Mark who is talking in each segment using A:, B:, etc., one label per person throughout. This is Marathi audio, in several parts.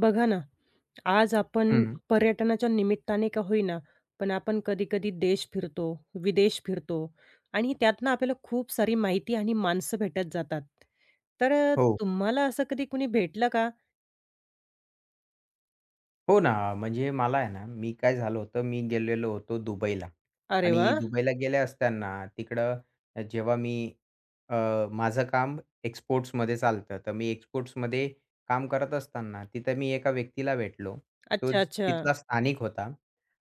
A: बघा ना, आज आपण
B: हं.
A: पर्यटनाच्या निमित्ताने का होईना, पण आपण कधी-कधी देश फिरतो, विदेश फिरतो आणि त्यातनं आपल्याला खूप सारी माहिती आणि माणसं भेटत जातात. तर
B: हो.
A: तुम्हाला असं कधी कुणी भेटलं का?
B: हो ना, म्हणजे मला आहे ना, मी काय झालं होतं, मी गेलेलो होतो दुबईला
A: अरे
B: आणि
A: वाह!
B: दुबईला गेले असताना तिकडं जेव्हा मी अ, माझं काम एक्सपोर्ट्समध्ये चालतं, तर मी एक्सपोर्ट्समध्ये काम करत असताना तिथं मी एका व्यक्तीला भेटलो.
A: अच्छा, अच्छा.
B: तिथला स्थानिक होता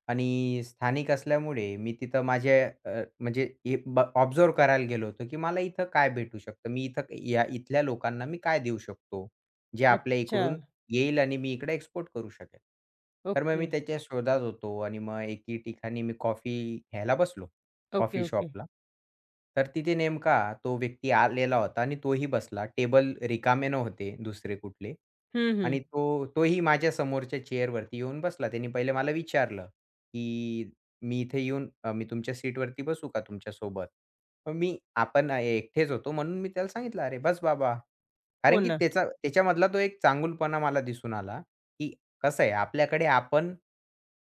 B: आणि स्थानिक असल्यामुळे मी तिथं माझे म्हणजे हे करायला गेलो होतो, की मला इथं काय भेटू शकतं? मी इथं या इथल्या लोकांना मी काय देऊ शकतो? जे आपल्या
A: अच्छा.
B: इकडून येईल आणि मी इकडे एक्सपोर्ट करू शकेल. तर मग मी
A: ओके.
B: त्याच्या शोधात होतो आणि मग एके ठिकाणी मी कॉफी घ्यायला बसलो,
A: ओके,
B: कॉफी
A: ओके.
B: शॉपला. तर तिथे नेमका तो व्यक्ती आलेला होता आणि तोही बसला. टेबल रिकामे नव्हते दुसरे कुठले
A: हं, हं.
B: आणि तोही माझ्या समोरच्या चेअरवरती येऊन बसला. त्याने पहिले मला विचारलं, की "मी इथे येऊन मी तुमच्या सीटवरती बसू का तुमच्यासोबत?" मग मी आपण एकटेच होतो म्हणून मी त्याला सांगितलं, "अरे बस बाबा."
A: हो
B: कारण की
A: ना.
B: त्याचा त्याच्यामधला तो एक चांगुलपणा मला दिसून आला, की कसं आहे आपल्याकडे आपण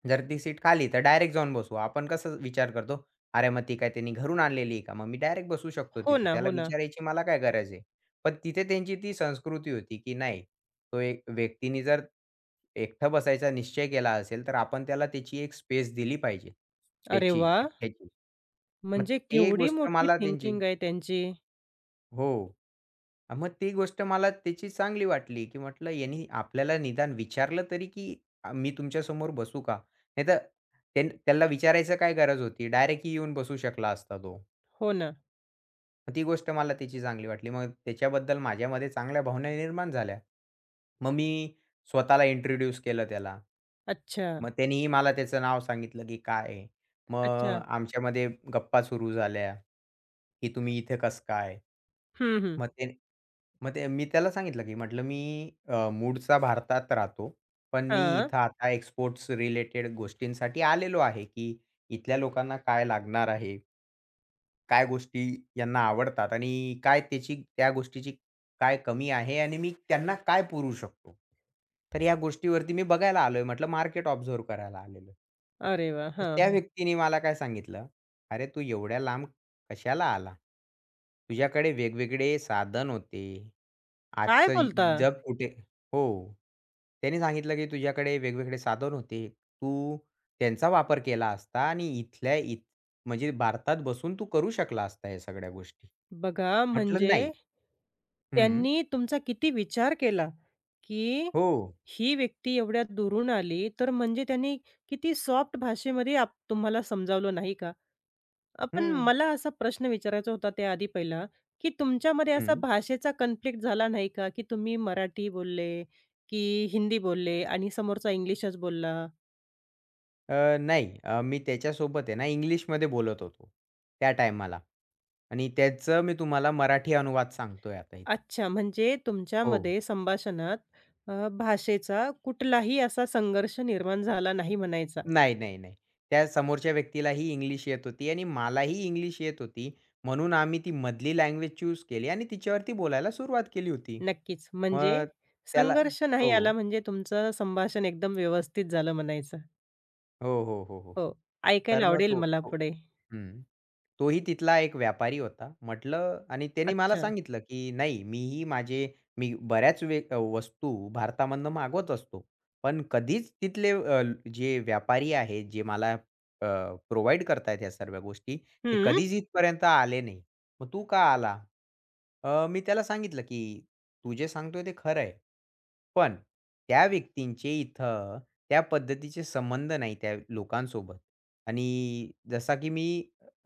B: जर ती सीट खाली तर डायरेक्ट जाऊन बसू. आपण कसं विचार करतो, "अरे मग ती काय त्यांनी घरून आणलेली आहे का? मग मी डायरेक्ट बसू शकतो
A: हो
B: तिथे.
A: ना,
B: त्याला
A: हो ना.
B: विचारायची मला काय गरज आहे?" पण तिथे त्यांची ती संस्कृती होती, की नाही तो एक व्यक्तीने जर एकटं बसायचा निश्चय केला असेल, तर आपण त्याला त्याची एक स्पेस दिली पाहिजे.
A: अरे
B: त्याची,
A: वाह!
B: एकट्याची. मग
A: म्हणजे
B: ते
A: केवढी
B: गोष्ट
A: मोठी
B: मला त्यांची
A: थिंकिंग आहे त्यांची.
B: हो. मग ती गोष्ट मला त्याची चांगली वाटली, की म्हटलं यांनी आपल्याला निदान विचारलं तरी, की "मी तुमच्यासमोर बसू का?" नाहीतर त्याला विचारायचं काय गरज होती? डायरेक्ट येऊन बसू शकला असता तो.
A: हो ना.
B: ती गोष्ट मला त्याची चांगली वाटली. मग त्याच्याबद्दल माझ्यामध्ये चांगल्या भावना निर्माण झाल्या. मग मी स्वतःला इंट्रोड्यूस केलं त्याला.
A: अच्छा.
B: मग त्यानेही मला त्याचं नाव सांगितलं, की काय आहे. मग
A: अच्छा.
B: आमच्यामध्ये गप्पा सुरू झाल्या, की तुम्ही इथे कसं काय?
A: हं, हं.
B: मग ते मग ते मी त्याला सांगितलं, की म्हटलं मी मूळचा भारतात राहतो. पण मी
A: हां.
B: इथं आता एक्सपोर्ट्स रिलेटेड गोष्टींसाठी आलेलो आहे, की इथल्या लोकांना काय लागणार आहे? काय गोष्टी यांना आवडतात आणि काय त्याची त्या गोष्टीची काय कमी आहे आणि मी त्यांना काय पुरवू शकतो? तर या गोष्टीवरती मी बघायला आलोय म्हटलं मार्केट ऑब्झर्व्ह करायला आलेलो आहे.
A: अरे वाह!
B: तर त्या
A: हां,
B: व्यक्तीने मला काय सांगितलं, "अरे, तू एवढ्या लांब कशाला आला? तुझ्याकडे वेगवेगळे साधन होते."
A: काय
B: आजचं इ
A: बोलता?
B: जग कुठे हो. त्याने सांगितलं, की तुझ्याकडे वेगवेगळे साधन होते. तू त्यांचा वापर केला असता आणि इथल्या इथ म्हणजे भारतात बसून तू करू शकला असता ह्या सगळ्या गोष्टी.
A: बघा
B: म्हटलं
A: म्हणजे
B: नाही. हं.
A: त्यांनी तुमचा किती विचार केला, की
B: हो.
A: ही व्यक्ती एवढ्या दुरून आली, तर म्हणजे त्यांनी किती सॉफ्ट भाषेमध्ये आप तुम्हाला समजावलं नाही का? पण
B: हं,
A: मला असा प्रश्न विचारायचा होता त्याआधी पहिला, की तुमच्यामध्ये असा
B: हं.
A: भाषेचा कन्फ्लिक्ट झाला नाही का? की तुम्ही मराठी बोलले, की हिंदी बोलले आणि समोरचा इंग्लिशच बोलला?
B: नाही मी त्याच्यासोबत आहे ना इंग्लिशमध्ये बोलत होतो त्या टायमाला आणि त्याचं मी तुम्हाला मराठी अनुवाद सांगतोय आता इथं.
A: अच्छा, म्हणजे
B: हो.
A: तुमच्यामध्ये संभाषणात भाषेचा कुठलाही असा संघर्ष निर्माण झाला नाही म्हणायचा.
B: नाही, नाही, नाही. त्या समोरच्या व्यक्तीलाही इंग्लिश येत होती आणि मलाही इंग्लिश येत होती. म्हणून आम्ही ती मधली लँग्वेज चूज केली आणि तिच्यावरती बोलायला सुरुवात केली होती.
A: नक्कीच. म्हणजे
B: मग त्याला
A: संघर्ष नाही आला
B: हो.
A: म्हणजे तुमचं संभाषण एकदम व्यवस्थित झालं म्हणायचं.
B: हो, हो, हो, हो.
A: हो.
B: तर
A: ऐकायला
B: मग
A: आवडेल
B: तो
A: मला
B: तो
A: पुढे.
B: हं. तोही तिथला एक व्यापारी होता. म्हटलं आणि त्याने मला
A: अच्छा.
B: सांगितलं, की "नाही, मीही माझे मी बऱ्याच वस्तू भारतामधनं मागवत असतो. पण कधीच तिथले जे व्यापारी आहेत, जे मला प्रोव्हाईड करतायत ह्या सर्व गोष्टी, ते
A: हं.
B: कधीच इथपर्यंत आले नाही. मग तू का आला?" मी त्याला सांगितलं, की "तू जे सांगतोय ते खरं आहे. पण त्या व्यक्तींचे इथं" त्या पद्धतीचे संबंध नाही त्या लोकांसोबत आणि जसा की मी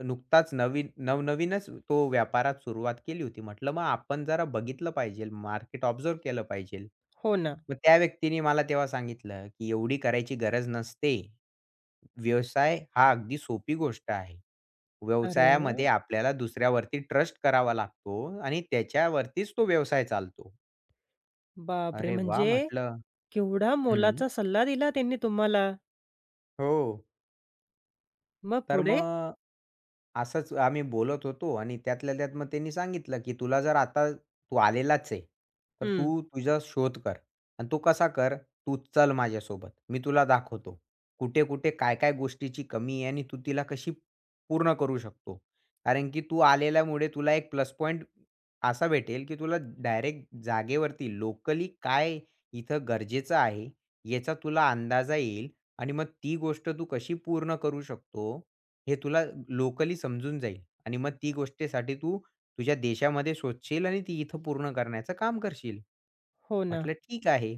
B: नुकताच नवीन नवनवीनच तो व्यापारात सुरुवात केली होती. म्हटलं मग आपण जरा बघितलं पाहिजे, मार्केट ऑब्झर्व्ह केलं पाहिजे.
A: हो ना.
B: मग त्या व्यक्तीने मला तेव्हा सांगितलं, की एवढी करायची गरज नसते. व्यवसाय हा अगदी सोपी गोष्ट आहे.
A: अरे वाह!
B: व्यवसायामध्ये आपल्याला दुसऱ्यावरती ट्रस्ट करावा लागतो आणि त्याच्यावरतीच तो व्यवसाय चालतो.
A: बापरे!
B: अरे वाह!
A: म्हणजे
B: म्हटलं.
A: केवढा
B: हं.
A: मोलाचा सल्ला दिला त्यांनी तुम्हाला.
B: हो.
A: मग
B: तर
A: पुढे?
B: मग असंच आम्ही बोलत होतो आणि त्यातल्या त्यात मग त्यांनी सांगितलं, की "तुला जर आता तू आलेलाच आहे, तर
A: हं.
B: तू तुझा शोध कर आणि तो कसा कर, तू चल माझ्यासोबत. मी तुला दाखवतो. कुठे-कुठे, काय-काय गोष्टीची कमी आहे आणि तू तिला कशी पूर्ण करू शकतो." कारण की तू आलेल्यामुळे तुला एक प्लस पॉइंट असा भेटेल, की तुला डायरेक्ट जागेवरती लोकली काय इथं गरजेचं आहे, याचा तुला अंदाजा येईल आणि मग ती गोष्ट तू कशी पूर्ण करू शकतो हे तुला लोकली समजून जाईल आणि मग ती गोष्टीसाठी तू तुझ्या देशामध्ये शोधशील आणि ती इथं पूर्ण करण्याचं काम करशील.
A: हो ना.
B: म्हटलं ठीक आहे.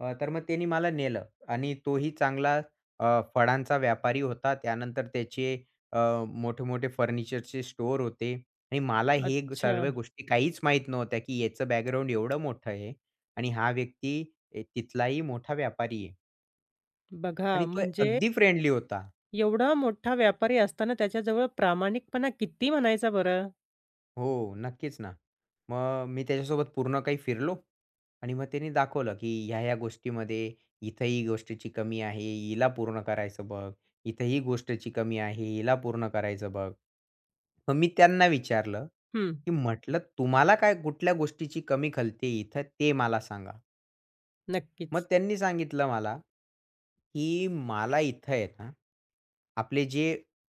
B: तर मग त्यांनी मला नेलं आणि तोही चांगला फळांचा व्यापारी होता. त्यानंतर त्याचे अ, मोठे-मोठे फर्निचरचे स्टोअर होते आणि मला
A: अच्छा.
B: सर्व गोष्टी काहीच माहीत नव्हत्या, की याचं बॅकग्राऊंड एवढं मोठं आहे आणि हा व्यक्ती तिथलाही मोठा व्यापारी आहे
A: बघा
B: आणि तो
A: म्हणजे
B: अगदी फ्रेंडली होता.
A: एवढा मोठा व्यापारी असताना त्याच्याजवळ प्रामाणिकपणा किती म्हणायचा बरं?
B: हो, नक्कीच ना. मग मी त्याच्यासोबत पूर्ण काही फिरलो आणि मग त्याने दाखवलं, की ह्या-ह्या गोष्टीमध्ये इथं ही गोष्टीची कमी आहे, हिला पूर्ण करायचं बघ. इथं ही गोष्टीची कमी आहे, हिला पूर्ण करायचं बघ. मग मी त्यांना विचारलं,
A: हं,
B: की म्हटलं, "तुम्हाला काय कुठल्या गोष्टीची कमी खलते इथं ते मला सांगा." मग
A: नक्कीच.
B: त्यांनी सांगितलं मला, की मला इथं आहे ना, आपले जे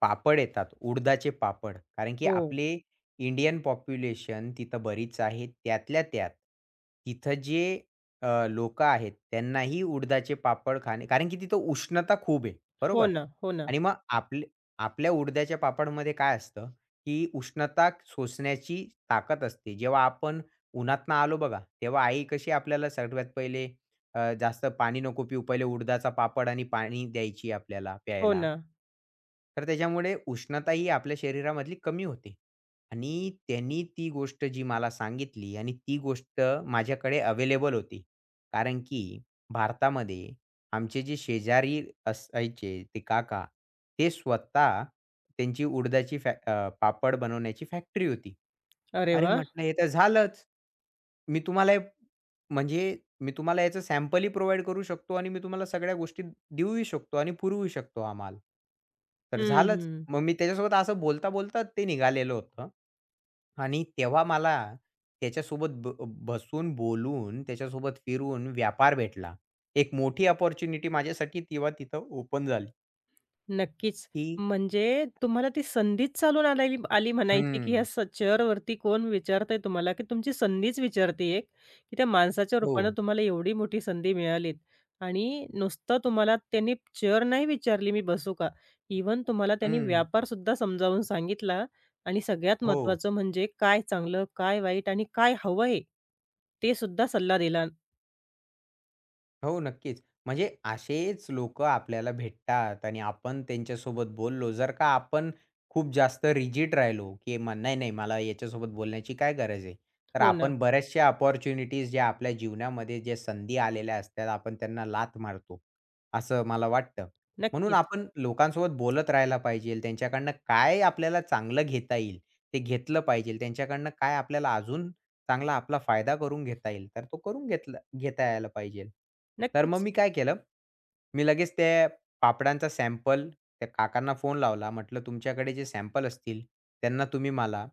B: पापड येतात, उडदाचे पापड, कारण की
A: हो.
B: आपले इंडियन पॉप्युलेशन तिथं बरीच आहे. त्यातल्या त्यात तिथं जे अ, आहेत, त्यांनाही उडदाचे पापड खाणे कारण की तिथं उष्णता खूप आहे,
A: हो
B: बरोबर?
A: ना, हो ना,
B: आणि मग आपले आपल्या उडद्याच्या पापडमध्ये काय असतं, की उष्णता सोसण्याची ताकद असते. जेव्हा आपण उन्हातनं आलो बघा, तेव्हा आई कशी आपल्याला सर्वात पहिले जास्त पाणी नको पिऊ. पहिले उडदाचा पापड आणि पाणी द्यायची आपल्याला
A: हो
B: प्यायला.
A: ना.
B: तर त्याच्यामुळे उष्णता ही आपल्या शरीरामधली कमी होते. आणि त्यांनी ती गोष्ट जी मला सांगितली आणि ती गोष्ट माझ्याकडे अवेलेबल होती. कारण की भारतामध्ये आमचे जे शेजारी असायचे ते काका, ते स्वतः त्यांची पापड बनवण्याची फॅक्टरी होती.
A: अरे
B: अरे
A: वाह!
B: म्हटलं हे तर झालंच. मी तुम्हाला हे म्हणजे मी तुम्हाला याचं सॅम्पलही प्रोव्हाईड करू शकतो आणि मी तुम्हाला सगळ्या गोष्टी देऊही शकतो आणि पुरवू शकतो आम्हाला. तर
A: हं,
B: झालंच.
A: हं.
B: मग मी त्याच्यासोबत असं बोलता-बोलता ते निघालेलं होतं. आणि तेव्हा मला त्याच्यासोबत ब बसून, बोलून, त्याच्यासोबत फिरून व्यापार भेटला. एक मोठी अपॉर्च्युनिटी माझ्यासाठी तेव्हा तिथं ओपन झाली,
A: नक्कीच.
B: की
A: म्हणजे तुम्हाला ती संधीच चालून आलेली आली म्हणायची, की या
B: हं.
A: स चेअरवरती कोण विचारतंय तुम्हाला, की तुमची संधीच विचारते एक, की त्या माणसाच्या
B: हो.
A: रूपानं तुम्हाला एवढी मोठी संधी मिळाली आणि नुसतं तुम्हाला त्यांनी चेअर नाही विचारली, "मी बसू का?" इव्हन तुम्हाला त्यांनी
B: हं.
A: व्यापारसुद्धा समजावून सांगितला आणि सगळ्यात
B: हो.
A: महत्त्वाचं म्हणजे काय चांगलं, काय वाईट आणि काय हवं आहे, ते सुद्धा सल्ला दिला.
B: हो, नक्कीच. म्हणजे असेच लोकं आपल्याला भेटतात आणि आपण त्यांच्यासोबत बोललो. जर का आपण खूप जास्त रिजिड राहिलो, की नाही, नाही मला याच्यासोबत बोलण्याची काय गरज आहे? तर
A: हो ना.
B: आपण बऱ्याचशा अपॉर्च्युनिटीज ज्या आपल्या जीवनामध्ये ज्या संधी आलेल्या असतात, आपण त्यांना लाथ मारतो, असं मला वाटतं. म्हणून
A: नक्कीच,
B: आपण लोकांसोबत बोलत राहायला पाहिजे. त्यांच्याकडनं काय आपल्याला चांगलं घेता येईल, ते घेतलं पाहिजे. त्यांच्याकडनं काय आपल्याला अजून चांगला आपला फायदा करून घेता येईल, तर तो करून घेतला घेता यायला पाहिजेल. तर मग
A: नक्कीच.
B: मी काय केलं, मी लगेच त्या पापडांचा सॅम्पल त्या काकांना फोन लावला. म्हटलं, "तुमच्याकडे जे सॅम्पल असतील, त्यांना तुम्ही मला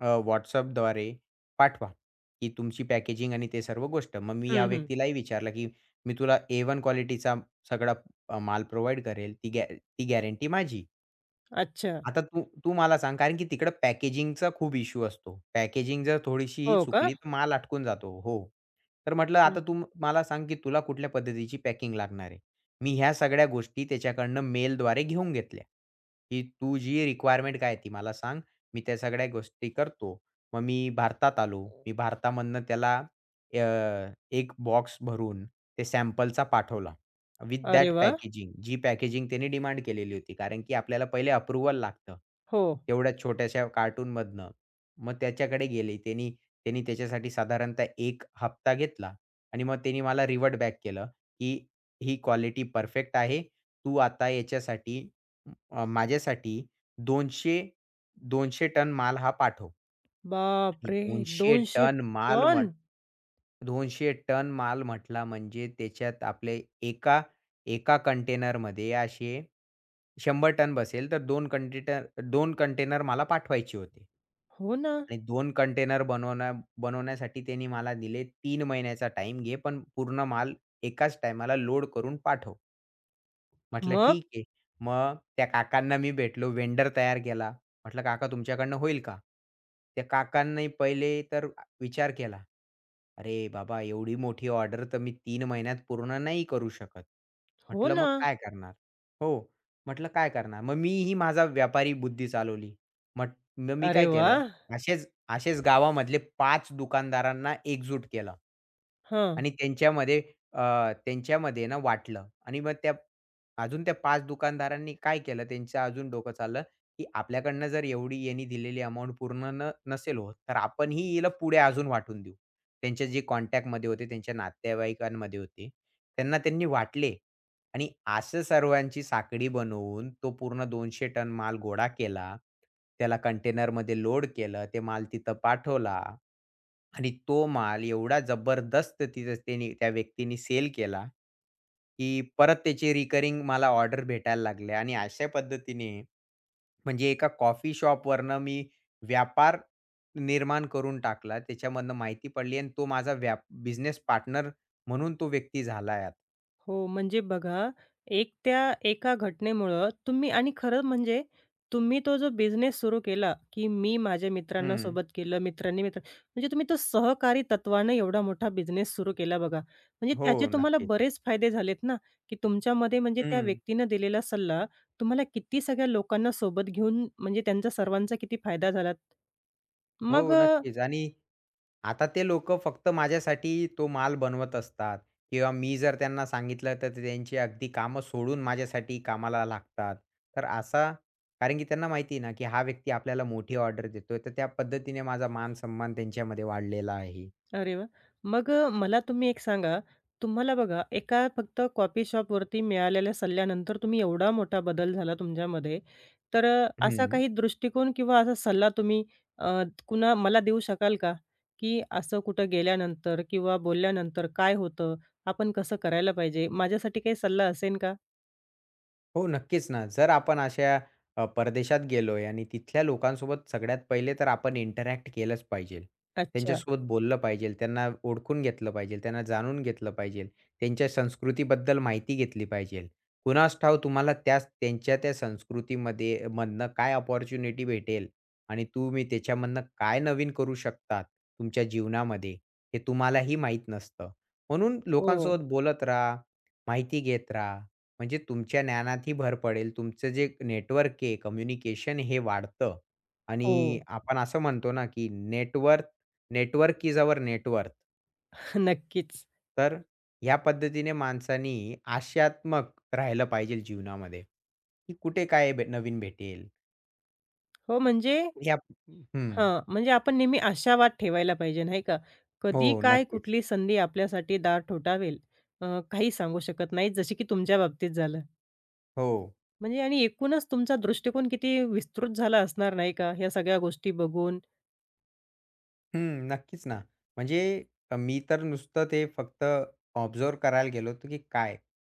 B: WhatsAppद्वारे पाठवा, की तुमची पॅकेजिंग आणि ते सर्व गोष्ट." मग मी या
A: हं, हं.
B: व्यक्तीलाही विचारलं, की "मी तुला A1 क्वालिटीचा सगळा माल प्रोव्हाईड करेल, ती ती गॅरंटी माझी."
A: अच्छा.
B: आता तू तू मला सांग, कारण की तिकडे पॅकेजिंगचा खूप इश्यू असतो. पॅकेजिंग जर थोडीशीही
A: हो का?
B: चुकली तर माल अटकून जातो. हो. तर म्हटलं
A: हं.
B: आता तू मला सांग, की तुला कुठल्या पद्धतीची पॅकिंग लागणार आहे? मी ह्या सगळ्या गोष्टी त्याच्याकडनं मेलद्वारे घेऊन घेतल्या, की तू जी रिक्वायरमेंट काय ती मला सांग. मी त्या सगळ्या गोष्टी करतो. मग मी भारतात आलो. मी भारतामधनं त्याला अ, एक बॉक्स भरून ते सॅम्पलचा पाठवला. विथ
A: अरे
B: दॅट
A: वाह!
B: पॅकेजिंग जी पॅकेजिंग त्यांनी डिमांड केलेली होती. कारण की आपल्याला पहिले अप्रूव्हल लागतं.
A: हो.
B: तेवढ्या छोट्याशा कार्टूनमधनं. मग त्याच्याकडे गेले. त्यांनी त्यांनी त्याच्यासाठी साधारणतः 1 हप्ता घेतला आणि मग त्यांनी मला रिव्हर्ट बॅक केलं, की "ही क्वालिटी परफेक्ट आहे. तू आता याच्यासाठी माझ्यासाठी 200 200 टन माल हा पाठव." आणि
A: बापरे! 200 टन?
B: 200 टन माल म्हटला म्हणजे त्याच्यात आपले एका एका कंटेनरमध्ये असे 100 टन बसेल, तर 2 कंटेनर मला पाठवायचे होते
A: हो ना.
B: आणि 2 कंटेनर बनवण्यासाठी त्यांनी मला दिले 3 महिन्याचा टाइम घे, पण पूर्ण माल एकाच टायमाला लोड करून पाठव. म्हटलं,
A: मग?
B: "ठीक आहे." मग त्या काकांना मी भेटलो, व्हेंडर तयार केला. म्हटलं, "काका तुमच्याकडनं होईल का?" त्या काकांनी पहिले तर विचार केला, "अरे बाबा, एवढी मोठी ऑर्डर तर मी 3 महिन्यात पूर्ण नाही करू शकत."
A: हो
B: म्हटलं, "मग
A: ना.
B: काय करणार?" हो. म्हटलं, "काय करणार?" मग मीही माझा व्यापारी बुद्धी चालवली. मग मग मी
A: अरे
B: काय
A: वा
B: केलं, असेच असेच गावामधले 5 दुकानदारांना एकजूट केलं.
A: हां.
B: आणि त्यांच्यामध्ये अ, त्यांच्यामध्ये ना वाटलं आणि मग त्या 5 दुकानदारांनी काय केलं त्यांचं अजून डोकं चाललं, की आपल्याकडनं जर एवढी यांनी दिलेली अमाउंट पूर्ण नसेल होत, तर आपणही हिला पुढे अजून वाटून देऊ. त्यांचे जे कॉन्टॅक्टमध्ये होते, त्यांच्या नातेवाईकांमध्ये होते, त्यांना त्यांनी वाटले. आणि असं सर्वांची साखळी बनवून तो पूर्ण 200 टन माल गोळा केला. त्याला कंटेनरमध्ये लोड केलं. ते माल तिथं पाठवला आणि तो माल एवढा जबरदस्त तिथं त्या व्यक्तीने सेल केला, की परत त्याची रिकरिंग मला ऑर्डर भेटायला लागल्या आणि अशा पद्धतीने म्हणजे एका कॉफी शॉपवरनं मी व्यापार निर्माण करून टाकला. त्याच्यामधनं माहिती पडली आणि तो माझा बिझनेस पार्टनर म्हणून तो व्यक्ती झाला यात.
A: हो, म्हणजे बघा, एक त्या एका घटनेमुळं तुम्ही आणि खरं म्हणजे तुम्ही तो जो बिझनेस सुरू केला, की मी माझ्या मित्रांना
B: हं.
A: सोबत केलं, मित्रांनी मित्र म्हणजे तुम्ही तो सहकारी तत्त्वानं एवढा मोठा बिझनेस सुरू केला बघा. म्हणजे
B: हो,
A: त्याचे तुम्हाला
B: नक्कीच.
A: बरेच फायदे झालेत ना, की तुमच्यामध्ये म्हणजे त्या
B: हं.
A: व्यक्तीनं दिलेला सल्ला तुम्हाला किती सगळ्या लोकांना सोबत घेऊन म्हणजे त्यांचा सर्वांचा किती फायदा झाला. मग
B: हो, नक्कीच आणि आता ते लोकं फक्त माझ्यासाठी तो माल बनवत असतात किंवा मी जर त्यांना सांगितलं, तर ते त्यांची अगदी कामं सोडून माझ्यासाठी कामाला लागतात. तर असा कारण की त्यांना माहिती आहे ना, की हा व्यक्ती आपल्याला मोठी ऑर्डर देतोय, तर त्या पद्धतीने माझा मान-सन्मान त्यांच्यामध्ये वाढलेला आहे.
A: अरे वाह! मग मला तुम्ही एक सांगा, तुम्हाला बघा एका फक्त कॉफी शॉपवरती मिळालेल्या सल्ल्यानंतर तुम्ही एवढा मोठा बदल झाला तुमच्यामध्ये. तर असा
B: हं.
A: काही दृष्टिकोन किंवा असा सल्ला तुम्ही अ, कुणा मला देऊ शकाल का? की असं कुठं गेल्यानंतर किंवा बोलल्यानंतर काय होतं? आपण कसं करायला पाहिजे? माझ्यासाठी काही सल्ला असेल का?
B: हो, नक्कीच ना. जर आपण अशा परदेशात गेलोय आणि तिथल्या लोकांसोबत सगळ्यात पहिले तर आपण इंटरॅक्ट केलंच पाहिजे.
A: अच्छा.
B: त्यांच्यासोबत बरोबर. बोललं पाहिजे, त्यांना ओळखून घेतलं पाहिजे, त्यांना जाणून घेतलं पाहिजे, त्यांच्या संस्कृतीबद्दल माहिती घेतली पाहिजे. कुणास ठाऊक तुम्हाला त्यांच्या त्या संस्कृतीमध्ये मधनं काय अपॉर्च्युनिटी भेटेल आणि तुम्ही त्याच्यामधनं काय नवीन करू शकतात तुमच्या जीवनामध्ये, हे तुम्हालाही माहीत नसतं. म्हणून
A: हो.
B: लोकांसोबत बोलत राहा, माहिती घेत राहा. म्हणजे तुमच्या ज्ञानातही भर पडेल. तुमचं जे नेटवर्क आहे, कम्युनिकेशन हे वाढतं
A: हो.
B: आणि आपण असं म्हणतो ना, की नेटवर्क इज अवर नेटवर्थ.
A: नक्कीच.
B: तर ह्या पद्धतीने माणसानी आशयात्मक राहिलं पाहिजे जीवनामध्ये, की कुठे काय नवीन भेटेल.
A: हो, म्हणजे
B: ह्या हं.
A: हां, म्हणजे आपण नेहमी आशावाद ठेवायला पाहिजे, नाही का?
B: हो,
A: कधी काय
B: नक्कीच.
A: कुठली संधी आपल्यासाठी दार ठोठावेल काही सांगू शकत नाही, जसे की तुमच्या बाबतीत झालं.
B: हो.
A: म्हणजे आणि एकूणच तुमचा दृष्टिकोन किती विस्तृत झाला असणार, नाही का, ह्या सगळ्या गोष्टी बघून.
B: हं, नक्कीच ना. म्हणजे मी तर नुसतं ते फक्त ऑब्झर्व्ह करायला गेलो होतो, की काय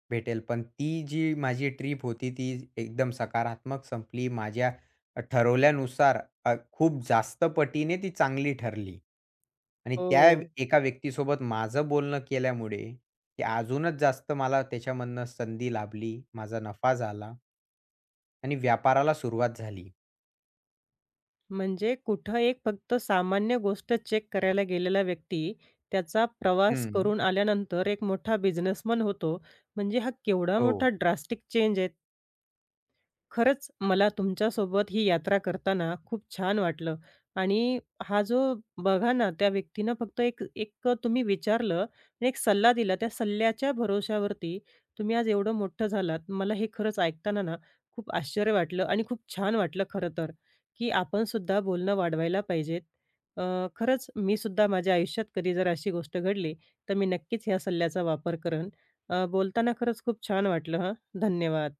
B: भेटेल. पण ती जी माझी ट्रीप होती, ती एकदम सकारात्मक संपली. माझ्या ठरवल्यानुसार खूप जास्त पटीने ती चांगली ठरली. आणि त्या
A: हो,
B: एका व्यक्तीसोबत माझं बोलणं केल्यामुळे, ते अजूनच जास्त मला त्याच्यामधनं संधी लाभली. माझा नफा झाला आणि व्यापाराला सुरुवात झाली.
A: म्हणजे कुठं एक फक्त सामान्य गोष्ट चेक करायला गेलेला व्यक्ती त्याचा प्रवास
B: हं,
A: करून आल्यानंतर एक मोठा बिझनेसमन होतो. म्हणजे हा केवढा
B: हो.
A: मोठा ड्रास्टिक चेंज आहे. खरंच मला तुमच्यासोबत ही यात्रा करताना खूप छान वाटलं आणि हा जो बघा ना, त्या व्यक्तीनं फक्त एक एक तुम्ही विचारलं आणि एक सल्ला दिला. त्या सल्ल्याच्या भरवश्यावरती तुम्ही आज एवढं मोठं झालात. मला हे खरंच ऐकताना ना, खूप आश्चर्य वाटलं आणि खूप छान वाटलं खरं तर, की आपण सुद्धा बोलणं वाढवायला पाहिजेत. अ, खरंच मी सुद्धा माझ्या आयुष्यात कधी जर अशी गोष्ट घडली, तर मी नक्कीच ह्या सल्ल्याचा वापर करेन. बोलताना खरंच खूप छान वाटलं हां. धन्यवाद.